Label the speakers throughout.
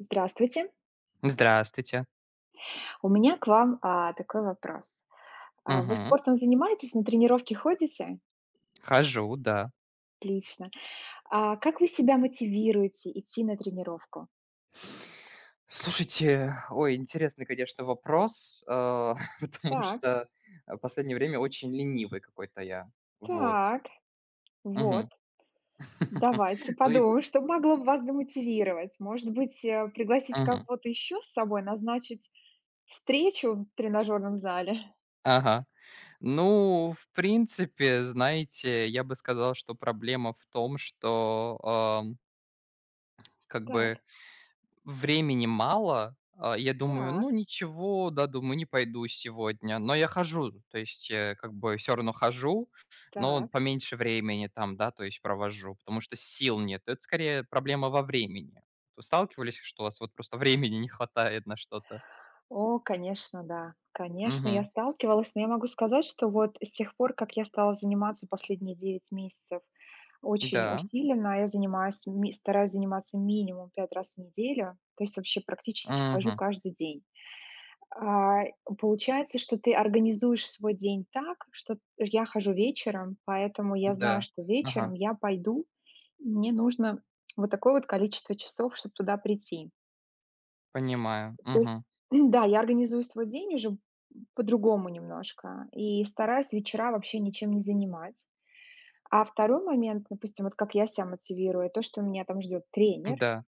Speaker 1: Здравствуйте.
Speaker 2: Здравствуйте.
Speaker 1: У меня к вам, такой вопрос. Вы
Speaker 2: Мгм.
Speaker 1: спортом занимаетесь, на тренировки ходите?
Speaker 2: Хожу, да.
Speaker 1: Отлично. А как вы себя мотивируете идти на тренировку?
Speaker 2: Слушайте, ой, интересный, конечно, вопрос, потому
Speaker 1: Так,
Speaker 2: что, последнее время очень ленивый какой-то я. Вот.
Speaker 1: так, вот.
Speaker 2: Мгм.
Speaker 1: Давайте
Speaker 2: Ну и
Speaker 1: подумаем, что могло бы вас замотивировать. Может быть, пригласить
Speaker 2: Мгм.
Speaker 1: кого-то еще с собой, назначить встречу в тренажерном зале?
Speaker 2: Ага. Ну, в принципе, знаете, я бы сказал, что проблема в том, что, как
Speaker 1: Так,
Speaker 2: бы времени мало. А, я думаю: "Ну,
Speaker 1: так,
Speaker 2: ничего, да, думаю, не пойду сегодня". Но я хожу, то есть, как бы все равно хожу, но
Speaker 1: так.
Speaker 2: вот поменьше времени там, да, то есть провожу, потому что сил нет. Это скорее проблема во времени. Вы сталкивались, что у вас вот просто времени не хватает на что-то?
Speaker 1: О, конечно, да. Конечно, я
Speaker 2: Мгм.
Speaker 1: сталкивалась, но я могу сказать, что вот с тех пор, как я стала заниматься последние 9 месяцев очень
Speaker 2: Да.
Speaker 1: усиленно, я занимаюсь, стараюсь заниматься минимум 5 раз в неделю, то есть вообще практически хожу
Speaker 2: Мгм.
Speaker 1: каждый день. А, Получается, что ты организуешь свой день так, что я хожу вечером, поэтому я знаю,
Speaker 2: Да.
Speaker 1: что
Speaker 2: Ага.
Speaker 1: вечером я пойду, и мне нужно вот такое вот количество часов, чтобы туда прийти.
Speaker 2: Понимаю.
Speaker 1: То есть,
Speaker 2: Мгм.
Speaker 1: да, я организую свой день уже по-другому немножко. И стараюсь вечера вообще ничем не занимать. А второй момент, допустим, вот как я себя мотивирую, то, что меня там ждет тренер,
Speaker 2: Да.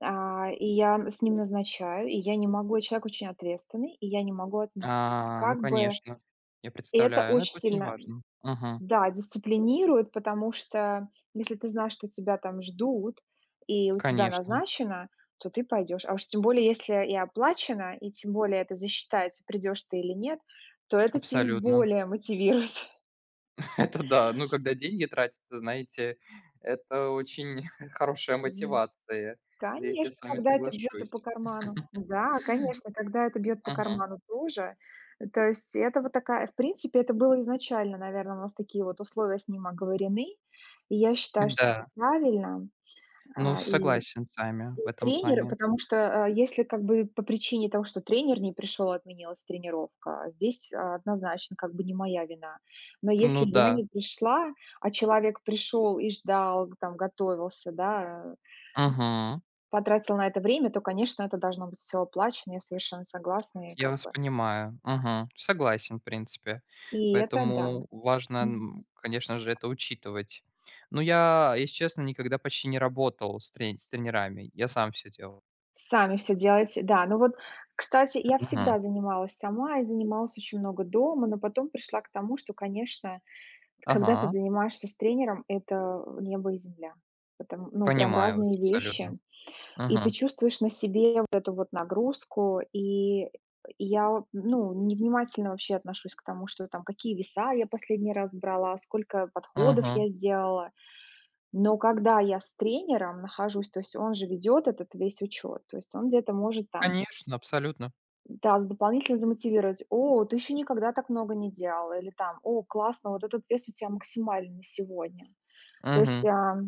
Speaker 1: и я с ним назначаю, и я не могу, человек очень ответственный, и я не могу отменить.
Speaker 2: А, ну,
Speaker 1: Как бы
Speaker 2: конечно. Я
Speaker 1: и это
Speaker 2: представляю, но
Speaker 1: очень
Speaker 2: это очень
Speaker 1: сильно,
Speaker 2: важно. Мгм.
Speaker 1: да, дисциплинирует, потому что если ты знаешь, что тебя там ждут и у тебя
Speaker 2: Конечно.
Speaker 1: назначено, то ты пойдешь. А уж тем более, если и оплачено, и тем более это засчитается, придешь ты или нет, то это тем
Speaker 2: Абсолютно.
Speaker 1: более мотивирует.
Speaker 2: Это да. Ну, когда деньги тратятся, знаете, это очень хорошая
Speaker 1: Мгм.
Speaker 2: мотивация. Здесь я
Speaker 1: Конечно,
Speaker 2: с вами
Speaker 1: когда это бьет и по
Speaker 2: соглашусь.
Speaker 1: карману. Да, конечно, когда это бьет по
Speaker 2: Мгм.
Speaker 1: карману тоже. То есть это вот такая, в принципе, это было изначально, наверное, у нас такие вот условия с ним оговорены. И я считаю, что это
Speaker 2: Да.
Speaker 1: правильно.
Speaker 2: Ну,
Speaker 1: И
Speaker 2: согласен с вами в этом
Speaker 1: тренер,
Speaker 2: плане.
Speaker 1: потому что, если как бы по причине того, что тренер не пришел, отменилась тренировка, а здесь, однозначно как бы не моя вина. Но если
Speaker 2: Ну
Speaker 1: я
Speaker 2: да.
Speaker 1: не пришла, а человек пришел и ждал, там готовился, да,
Speaker 2: Мгм.
Speaker 1: потратил на это время, то, конечно, это должно быть все оплачено. Я совершенно согласна, и
Speaker 2: Я
Speaker 1: как
Speaker 2: вас
Speaker 1: бы
Speaker 2: понимаю. Мгм. Согласен, в принципе.
Speaker 1: и это да.
Speaker 2: Поэтому важно,
Speaker 1: Мгм.
Speaker 2: конечно же, это учитывать. Но я, если честно, никогда почти не работал с тренерами. Я сам все делал.
Speaker 1: Сами все делаете, да. Ну вот, кстати, я
Speaker 2: Мгм.
Speaker 1: всегда занималась сама и занималась очень много дома, но потом пришла к тому, что, конечно, когда ты
Speaker 2: Ага.
Speaker 1: занимаешься с тренером, это небо и земля. Потому ну, прям
Speaker 2: Понимаю вас
Speaker 1: разные
Speaker 2: абсолютно.
Speaker 1: вещи. И ты
Speaker 2: Мгм.
Speaker 1: чувствуешь на себе вот эту вот нагрузку. И я, ну, невнимательно вообще отношусь к тому, что там, какие веса я последний раз брала, сколько подходов
Speaker 2: Мгм.
Speaker 1: я сделала. Но когда я с тренером нахожусь, то есть он же ведет этот весь учет, то есть он где-то может там,
Speaker 2: Конечно, абсолютно.
Speaker 1: да, дополнительно замотивировать: о, ты еще никогда так много не делала, или там: о, классно, вот этот вес у тебя максимальный сегодня. То есть,
Speaker 2: Мгм.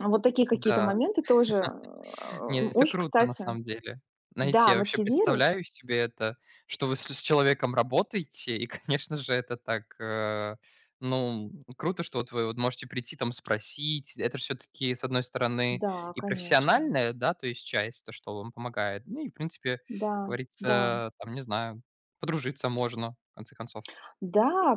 Speaker 1: вот такие какие-то
Speaker 2: Да.
Speaker 1: моменты тоже, м,
Speaker 2: Нет, это
Speaker 1: очень,
Speaker 2: круто на
Speaker 1: кстати.
Speaker 2: самом деле. Знаете,
Speaker 1: Да,
Speaker 2: я вообще
Speaker 1: мотивируют.
Speaker 2: представляю себе это, что вы с человеком работаете, и, конечно же, это так, ну, круто, что вот вы вот можете прийти там спросить. Это ж всё-таки, с одной стороны,
Speaker 1: Да,
Speaker 2: и
Speaker 1: конечно.
Speaker 2: профессиональная, да, то есть часть, то, что вам помогает. Ну и, в принципе, как
Speaker 1: Да, да.
Speaker 2: говорится, там, не знаю, подружиться можно, в конце концов.
Speaker 1: Да,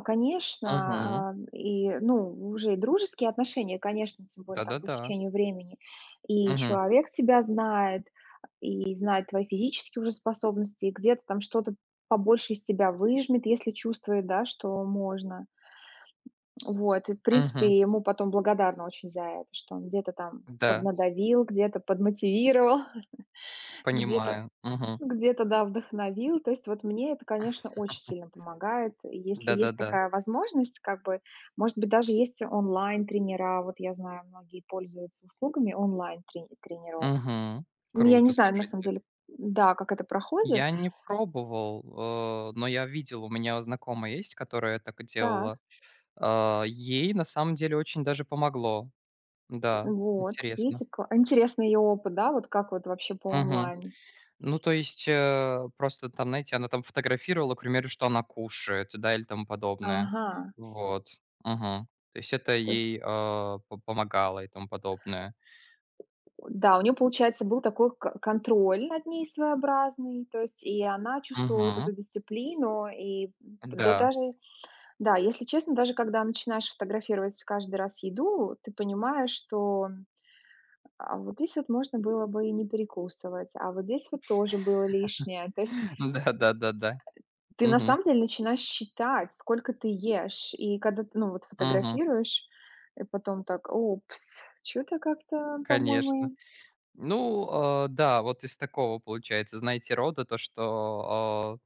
Speaker 2: Мгм.
Speaker 1: конечно, и, ну, уже и дружеские отношения, конечно, тем более там по
Speaker 2: Да-да-да.
Speaker 1: стечению времени. И
Speaker 2: Мгм.
Speaker 1: человек тебя знает, и знает твои физические уже способности, и где-то там что-то побольше из тебя выжмет, если чувствует, да, что можно. Вот, и, в
Speaker 2: Мгм.
Speaker 1: принципе, ему потом благодарна очень за это, что он где-то там
Speaker 2: Да,
Speaker 1: поднадавил, где-то подмотивировал, где-то
Speaker 2: понимаю. Мгм.
Speaker 1: где-то, да, вдохновил. То есть вот мне это, конечно, очень сильно помогает. Если есть
Speaker 2: Да-да-да.
Speaker 1: такая возможность, как бы, может быть, даже есть онлайн-тренера. Вот я знаю, многие пользуются услугами онлайн-тренеров.
Speaker 2: Мгм.
Speaker 1: Ну, я не
Speaker 2: Круто,
Speaker 1: знаю, на самом
Speaker 2: слушайте.
Speaker 1: деле, да, как это проходит.
Speaker 2: Я не пробовал, но я видел, у меня знакомая есть, которая так
Speaker 1: Так,
Speaker 2: делала. А, ей на самом деле очень даже помогло. Да,
Speaker 1: вот,
Speaker 2: интересно.
Speaker 1: видите, интересный ее опыт, да, вот как вот вообще по
Speaker 2: Мгм.
Speaker 1: онлайн.
Speaker 2: Ну, то есть, просто там, знаете, она там фотографировала, к примеру, что она кушает, да, или тому подобное.
Speaker 1: Ага,
Speaker 2: Вот. Мгм. То есть это
Speaker 1: то есть.
Speaker 2: ей, а, по помогало и тому подобное.
Speaker 1: Да, у нее получается, был такой к контроль над ней своеобразный, то есть и она чувствовала вот
Speaker 2: Мгм.
Speaker 1: эту дисциплину. И да
Speaker 2: Да.
Speaker 1: даже, да, если честно, даже когда начинаешь фотографировать каждый раз еду, ты понимаешь, что, а вот здесь вот можно было бы и не перекусывать, а вот здесь вот тоже было лишнее. То есть
Speaker 2: Да-да-да-да.
Speaker 1: ты на
Speaker 2: Мгм.
Speaker 1: самом деле начинаешь считать, сколько ты ешь. И когда ты, ну, вот
Speaker 2: Мгм.
Speaker 1: фотографируешь, и потом так: "Упс, что то как-то,
Speaker 2: Конечно.
Speaker 1: по-моему".
Speaker 2: Ну, а, да, вот из такого получается, знаете, рода то, что, а,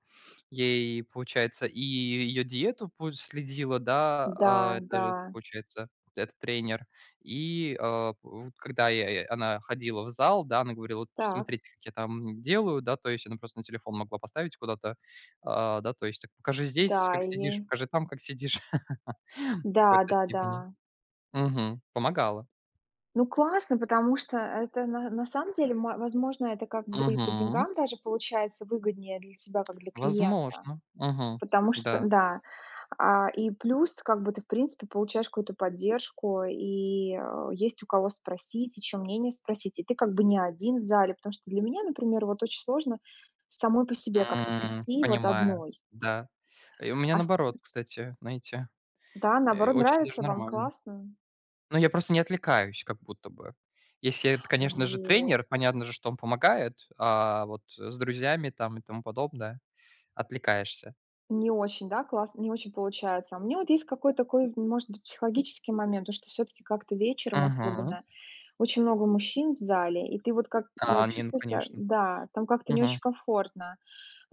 Speaker 2: ей, получается, и ее диету пу следила, да,
Speaker 1: Да,
Speaker 2: а, это
Speaker 1: да,
Speaker 2: же, получается, вот этот тренер. И, а, у когда я она ходила в зал, да, она говорила: "Вот
Speaker 1: так.
Speaker 2: смотрите, как я там делаю", да, то есть она просто на телефон могла поставить куда-то, а, да, то есть так: "Покажи
Speaker 1: Да,
Speaker 2: здесь, как
Speaker 1: и ей
Speaker 2: сидишь, покажи там, как сидишь". В какой-то
Speaker 1: да-да-да.
Speaker 2: степени. Мгм. Помогала.
Speaker 1: Ну, классно, потому что это на самом деле, мо возможно, это как бы и по
Speaker 2: Мгм.
Speaker 1: деньгам даже получается выгоднее для тебя как для клиента.
Speaker 2: Возможно. Мгм.
Speaker 1: Потому что
Speaker 2: Да.
Speaker 1: да, и плюс как бы ты, в принципе, получаешь какую-то поддержку, и, есть у кого спросить, и чьё мнение спросить. И ты как бы не один в зале, потому что для меня, например, вот очень сложно самой по себе как-то прийти вот
Speaker 2: Понимаю.
Speaker 1: одной.
Speaker 2: Да. И у меня
Speaker 1: А с
Speaker 2: наоборот, кстати, знаете,
Speaker 1: да, наоборот,
Speaker 2: очень даже
Speaker 1: нравится, вам
Speaker 2: нормально.
Speaker 1: классно.
Speaker 2: Но я просто не отвлекаюсь как будто бы. Если это, конечно же,
Speaker 1: Вот.
Speaker 2: тренер, понятно же, что он помогает, а вот с друзьями там и тому подобное отвлекаешься.
Speaker 1: Не очень, да, класс не очень получается. А у меня вот есть какой-то такой, может быть, психологический момент, то, что все таки как-то вечером
Speaker 2: Мгм.
Speaker 1: особенно очень много мужчин в зале, и ты вот как я
Speaker 2: А, не, ну
Speaker 1: чувствую себя,
Speaker 2: конечно.
Speaker 1: да, там как-то не очень
Speaker 2: Мгм.
Speaker 1: комфортно.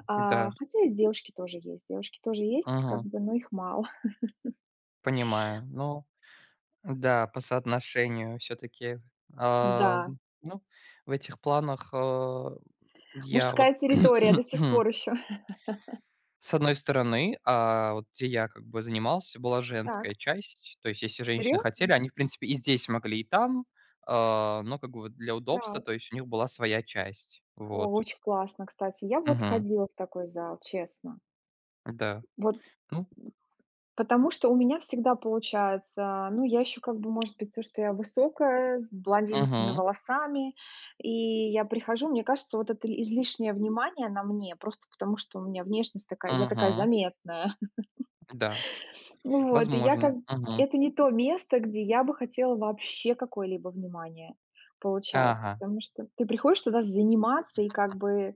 Speaker 1: А,
Speaker 2: Да.
Speaker 1: хотя и девушки тоже есть, как
Speaker 2: Мгм.
Speaker 1: бы, но их мало.
Speaker 2: Понимаю. Ну да, по соотношению все-таки, а,
Speaker 1: Да,
Speaker 2: ну, в этих планах. Я вот,
Speaker 1: мужская территория до сих пор еще.
Speaker 2: с одной стороны, а, вот где я как бы занимался, была
Speaker 1: Так,
Speaker 2: женская часть. То есть если женщины
Speaker 1: серьёзно?
Speaker 2: хотели, они, в принципе, и здесь могли, и там, а, но как бы вот для удобства,
Speaker 1: Так.
Speaker 2: то есть у них была своя часть.
Speaker 1: О,
Speaker 2: Вот.
Speaker 1: очень классно, кстати. Я вот
Speaker 2: Мгм.
Speaker 1: ходила в такой зал, честно.
Speaker 2: Да.
Speaker 1: Вот.
Speaker 2: Ну.
Speaker 1: Потому что у меня всегда получается, ну, я еще как бы, может быть, то, что я высокая, с блондинистыми
Speaker 2: Мгм.
Speaker 1: волосами, и я прихожу, мне кажется, вот это излишнее внимание на мне, просто потому что у меня внешность такая, я такая
Speaker 2: Мгм.
Speaker 1: заметная.
Speaker 2: Да.
Speaker 1: Ну вот, и я
Speaker 2: Возможно. Мгм.
Speaker 1: это не то место, где я бы хотела вообще какое-либо внимание получать,
Speaker 2: Ага.
Speaker 1: потому что ты приходишь туда заниматься и как бы,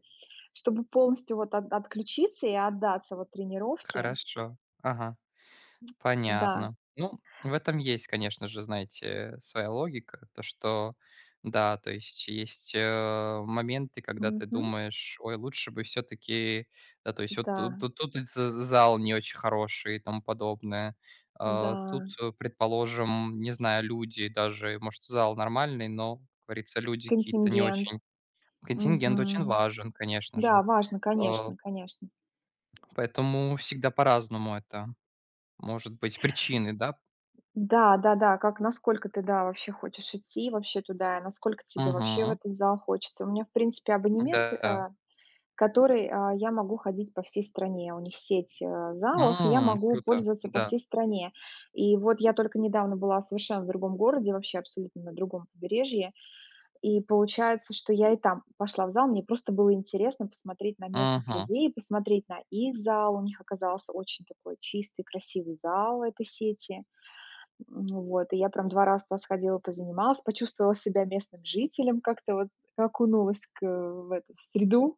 Speaker 1: чтобы полностью вот отключиться и отдаться вот тренировке,
Speaker 2: Хорошо. Ага.
Speaker 1: да.
Speaker 2: Понятно. Ну, в этом есть, конечно же, знаете, своя логика. То, что да, то есть, моменты, когда ты
Speaker 1: Мгм.
Speaker 2: думаешь: "Ой, лучше бы все таки да, то есть вот тут
Speaker 1: Да,
Speaker 2: тут тут и з зал не очень хороший и тому подобное. А,
Speaker 1: да.
Speaker 2: тут, предположим, не знаю, люди даже, может, зал нормальный, но, как говорится, люди какие-то не
Speaker 1: Контингент.
Speaker 2: очень. Контингент очень
Speaker 1: Мгм.
Speaker 2: важен, конечно
Speaker 1: Да,
Speaker 2: же.
Speaker 1: важно,
Speaker 2: А,
Speaker 1: конечно, конечно.
Speaker 2: поэтому всегда по-разному это может быть причины, да?
Speaker 1: Да, да-да, как насколько ты, да, вообще хочешь идти вообще туда, и насколько тебе вообще в
Speaker 2: Мгм.
Speaker 1: этот зал хочется. У меня, в принципе, абонемент,
Speaker 2: Да.
Speaker 1: который, я могу ходить по всей стране. У них сеть, залов, и я могу
Speaker 2: Круто,
Speaker 1: пользоваться по
Speaker 2: да.
Speaker 1: всей стране. И вот я только недавно была совершенно в другом городе, вообще абсолютно на другом побережье. И получается, что я и там пошла в зал. Мне просто было интересно посмотреть на местных
Speaker 2: Мгм,
Speaker 1: людей, посмотреть на их зал. У них оказался очень такой чистый, красивый зал этой сети. Вот, и я прям два раза туда сходила, позанималась, почувствовала себя местным жителем, как-то вот окунулась в эту в среду.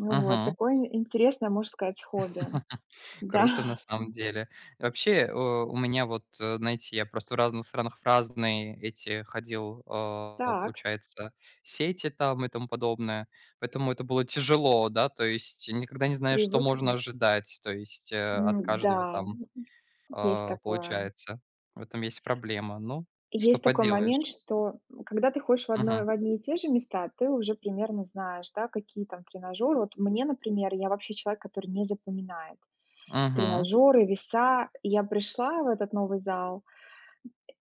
Speaker 1: Вот,
Speaker 2: мгм.
Speaker 1: такое интересное, можно сказать, хобби. Да,
Speaker 2: Круто на самом деле. Вообще, о, у меня вот, знаете, я просто в разных странах в разные эти ходил, а,
Speaker 1: так,
Speaker 2: получается, сети там и тому подобное, поэтому это было тяжело, да, то есть никогда не знаешь, что
Speaker 1: привык.
Speaker 2: можно ожидать, то есть, от каждого
Speaker 1: Да,
Speaker 2: там,
Speaker 1: есть
Speaker 2: а,
Speaker 1: такое.
Speaker 2: получается. В этом есть проблема. Ну, что
Speaker 1: Есть такой момент,
Speaker 2: поделаешь.
Speaker 1: что когда ты ходишь в одно
Speaker 2: Мгм,
Speaker 1: в одни и те же места, ты уже примерно знаешь, да, какие там тренажёры. Вот мне, например, я вообще человек, который не запоминает
Speaker 2: мгм,
Speaker 1: тренажеры, веса. Я пришла в этот новый зал,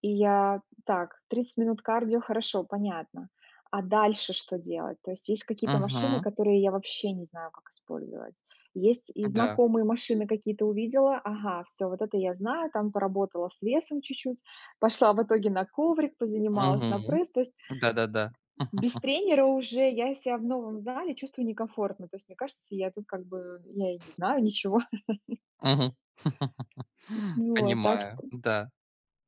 Speaker 1: и я: "Так, 30 минут кардио- хорошо, понятно. А дальше что делать?" То есть есть какие-то машины,
Speaker 2: мгм,
Speaker 1: которые я вообще не знаю, как использовать. Есть и
Speaker 2: да,
Speaker 1: знакомые машины какие-то увидела. Ага, все, вот это я знаю. Там поработала с весом чуть-чуть, пошла в итоге на коврик, позанималась на
Speaker 2: мгм.
Speaker 1: пресс. То есть
Speaker 2: Да-да-да.
Speaker 1: без тренера уже я себя в новом зале чувствую некомфортно. То есть мне кажется, я тут как бы я и не знаю ничего.
Speaker 2: Мгм.
Speaker 1: Вот, так
Speaker 2: Понимаю,
Speaker 1: что.
Speaker 2: да.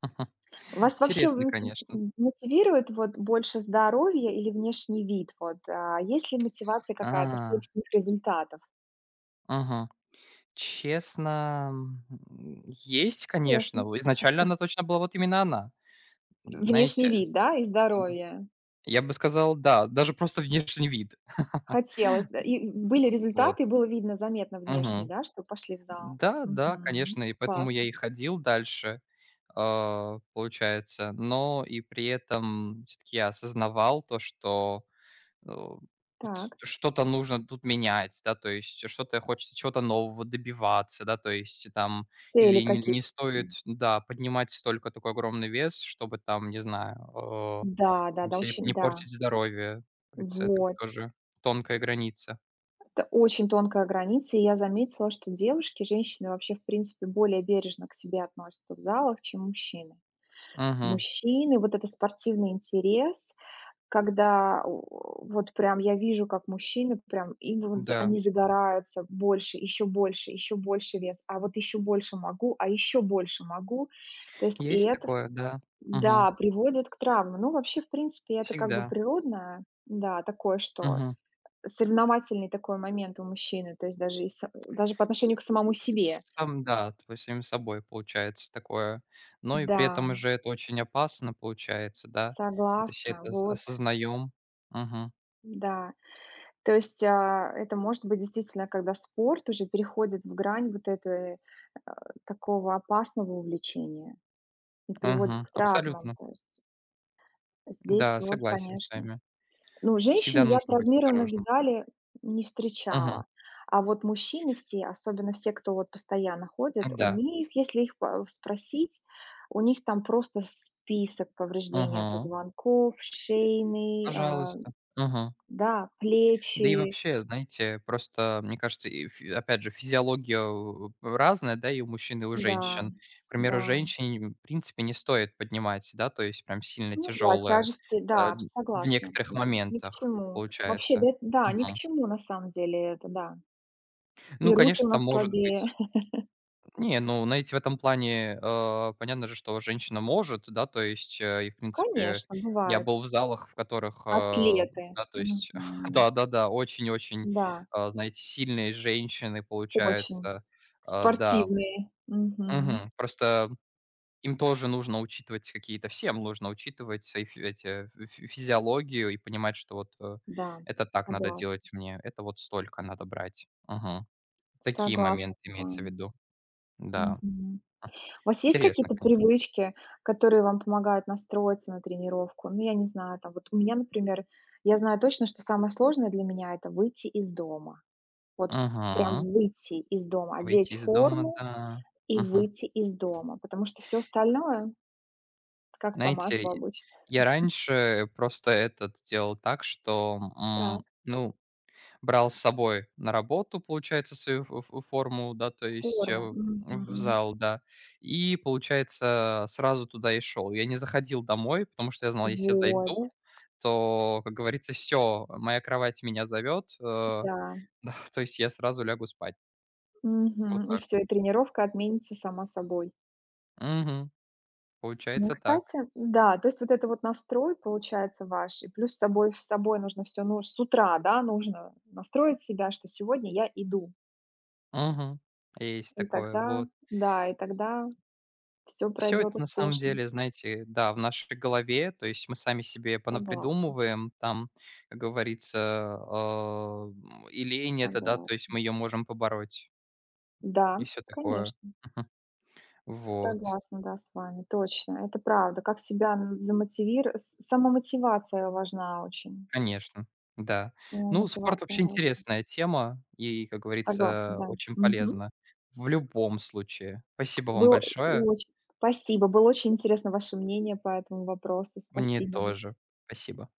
Speaker 1: Вас вообще
Speaker 2: Интересно,
Speaker 1: мотив
Speaker 2: конечно.
Speaker 1: мотивирует вот больше здоровье или внешний вид? Вот, есть ли мотивация какая-то
Speaker 2: А,
Speaker 1: собственных результатов?
Speaker 2: Ага. Честно, есть, конечно.
Speaker 1: Ясно.
Speaker 2: В изначально она точно была вот именно она. Знаете,
Speaker 1: Внешний вид, да, и здоровье.
Speaker 2: я бы сказал, да, даже просто внешний вид.
Speaker 1: Хотелось, да. И были
Speaker 2: Вот.
Speaker 1: результаты, и было видно заметно внешне,
Speaker 2: Мгм.
Speaker 1: да, что пошли в зал.
Speaker 2: Да, да,
Speaker 1: Мгм.
Speaker 2: конечно, и поэтому я
Speaker 1: Классно.
Speaker 2: и ходил дальше, а, получается. Но и при этом все таки я осознавал то, что Э, вот
Speaker 1: Так.
Speaker 2: что-то нужно тут менять, да, то есть что-то хочется чего-то нового добиваться, да, то есть там
Speaker 1: Цели
Speaker 2: или не,
Speaker 1: какие
Speaker 2: не стоит,
Speaker 1: важны?
Speaker 2: да, поднимать столько такой огромный вес, чтобы там, не знаю,
Speaker 1: Да, да, да,
Speaker 2: себе
Speaker 1: очень,
Speaker 2: не
Speaker 1: да.
Speaker 2: портить здоровье. Как говорится, это
Speaker 1: Вот.
Speaker 2: тоже тонкая граница.
Speaker 1: Это очень тонкая граница, и я заметила, что девушки, женщины вообще, в принципе, более бережно к себе относятся в залах, чем мужчины.
Speaker 2: Мгм.
Speaker 1: Мужчины, вот это спортивный интерес, когда у вот прям я вижу, как мужчины прям, им вот з
Speaker 2: Да,
Speaker 1: они загораются больше, еще больше, еще больше вес, а вот еще больше могу, а еще больше могу. То есть и
Speaker 2: есть
Speaker 1: это,
Speaker 2: такое, да. Мгм.
Speaker 1: да, приводит к травмам. Ну, вообще, в принципе, это как бы
Speaker 2: Всегда.
Speaker 1: природное, да, такое, что
Speaker 2: Мгм.
Speaker 1: соревновательный такой момент у мужчины, то есть даже и са даже по отношению к самому себе.
Speaker 2: Сам, да, то есть самим собой получается такое. Но и при
Speaker 1: Да,
Speaker 2: этом уже это очень опасно получается, да. Вот если
Speaker 1: согласна,
Speaker 2: это ос
Speaker 1: вот,
Speaker 2: осознаем. Мгм,
Speaker 1: да. То есть, это может быть действительно, когда спорт уже переходит в грань вот этого такого опасного увлечения и приводит
Speaker 2: мгм,
Speaker 1: к травмам.
Speaker 2: абсолютно.
Speaker 1: То есть здесь
Speaker 2: Да,
Speaker 1: вот,
Speaker 2: согласен с
Speaker 1: конечно.
Speaker 2: вами.
Speaker 1: Ну, женщин
Speaker 2: Всегда
Speaker 1: я
Speaker 2: нужно быть
Speaker 1: травмированных в
Speaker 2: осторожным.
Speaker 1: зале не
Speaker 2: Мгм,
Speaker 1: встречала, а вот мужчины все, особенно все, кто вот постоянно ходит, у
Speaker 2: да.
Speaker 1: них, если их по спросить, у них там просто список повреждения
Speaker 2: Мгм,
Speaker 1: позвонков, шейный,
Speaker 2: пожалуйста. Мгм.
Speaker 1: да,
Speaker 2: Да и
Speaker 1: плечи.
Speaker 2: вообще, знаете, просто, мне кажется, и фи опять же, физиология, разная, да, и у мужчин, и у
Speaker 1: Да,
Speaker 2: женщин. К
Speaker 1: да.
Speaker 2: примеру, женщин, в принципе, не стоит поднимать, да, то есть прям сильно
Speaker 1: Ну да,
Speaker 2: тяжелое,
Speaker 1: тяжести, да,
Speaker 2: э, в
Speaker 1: согласна.
Speaker 2: некоторых
Speaker 1: Ни к
Speaker 2: моментах,
Speaker 1: чему. Вообще,
Speaker 2: получается.
Speaker 1: да, да, ни к
Speaker 2: Мгм.
Speaker 1: чему на самом деле это, да. И
Speaker 2: Ну,
Speaker 1: руки у
Speaker 2: конечно, там
Speaker 1: нас
Speaker 2: может
Speaker 1: слабее.
Speaker 2: быть Не, ну, знаете, в этом плане, понятно же, что женщина может, да, то есть, и, в принципе,
Speaker 1: Конечно,
Speaker 2: я
Speaker 1: бывают.
Speaker 2: был в залах, в которых,
Speaker 1: Атлеты.
Speaker 2: да, то есть,
Speaker 1: Мгм.
Speaker 2: да-да-да, очень-очень,
Speaker 1: Да,
Speaker 2: знаете, сильные женщины,
Speaker 1: очень.
Speaker 2: получается, да,
Speaker 1: Спортивные. Мгм.
Speaker 2: мгм. Просто им тоже нужно учитывать какие-то, всем нужно учитывать свои фи эти, фи физиологию и понимать, что вот,
Speaker 1: Да,
Speaker 2: это так надо
Speaker 1: согласна.
Speaker 2: делать мне, это вот столько надо брать. Мгм. Такие
Speaker 1: Согласна
Speaker 2: моменты
Speaker 1: с
Speaker 2: имеется в
Speaker 1: вами.
Speaker 2: виду. Да.
Speaker 1: Мгм. У вас есть
Speaker 2: Интересно,
Speaker 1: какие-то
Speaker 2: конечно.
Speaker 1: привычки, которые вам помогают настроиться на тренировку? Ну, я не знаю, там вот у меня, например, я знаю точно, что самое сложное для меня это выйти из дома. Вот прям
Speaker 2: Мгм.
Speaker 1: выйти из дома,
Speaker 2: Выйти
Speaker 1: одеть
Speaker 2: из дома,
Speaker 1: форму
Speaker 2: да.
Speaker 1: и
Speaker 2: Мгм.
Speaker 1: выйти из дома, потому что все остальное как по
Speaker 2: Знаете,
Speaker 1: маслу
Speaker 2: и
Speaker 1: обычно.
Speaker 2: я раньше просто этот делал так, что,
Speaker 1: Так,
Speaker 2: ну, брал с собой на работу, получается, свою ф ф форму, да, то есть,
Speaker 1: форма.
Speaker 2: в
Speaker 1: Мгм.
Speaker 2: зал, да, и, получается, сразу туда и шел. Я не заходил домой, потому что я знал, если я
Speaker 1: Вот,
Speaker 2: зайду, то, как говорится, все моя кровать меня зовет, да,
Speaker 1: да.
Speaker 2: то есть я сразу лягу спать. Вот
Speaker 1: Мгм. И
Speaker 2: так
Speaker 1: все,
Speaker 2: вот.
Speaker 1: и тренировка отменится сама собой.
Speaker 2: Мгм.
Speaker 1: Ну,
Speaker 2: Получается так.
Speaker 1: кстати, да, то есть вот это вот настрой получается ваш, и плюс с собой нужно все, ну, с утра, да, нужно настроить себя, что сегодня я иду.
Speaker 2: Мгм. Есть
Speaker 1: И
Speaker 2: такое,
Speaker 1: тогда,
Speaker 2: вот.
Speaker 1: да, и тогда все
Speaker 2: Все это
Speaker 1: пройдет
Speaker 2: на самом
Speaker 1: успешно.
Speaker 2: деле, знаете, да, в нашей голове, то есть мы сами себе
Speaker 1: Согласна,
Speaker 2: понапридумываем там, как говорится, а, и лень эта, да, то есть
Speaker 1: согласна.
Speaker 2: мы ее можем побороть
Speaker 1: Да,
Speaker 2: и все такое.
Speaker 1: конечно.
Speaker 2: Вот,
Speaker 1: Согласна, да, с вами. Точно. Это правда. Как себя замотивировать? Замотивир с самомотивация важна очень.
Speaker 2: конечно, да. Ну, спорт
Speaker 1: Самомотивация
Speaker 2: вообще
Speaker 1: важна.
Speaker 2: интересная тема и, как
Speaker 1: Согласна,
Speaker 2: говорится,
Speaker 1: да.
Speaker 2: очень
Speaker 1: Мгм.
Speaker 2: полезна в любом случае. Спасибо вам
Speaker 1: Было
Speaker 2: большое.
Speaker 1: очень спасибо. Было очень интересно ваше мнение по этому вопросу.
Speaker 2: Мне
Speaker 1: Спасибо. До
Speaker 2: тоже. Спасибо.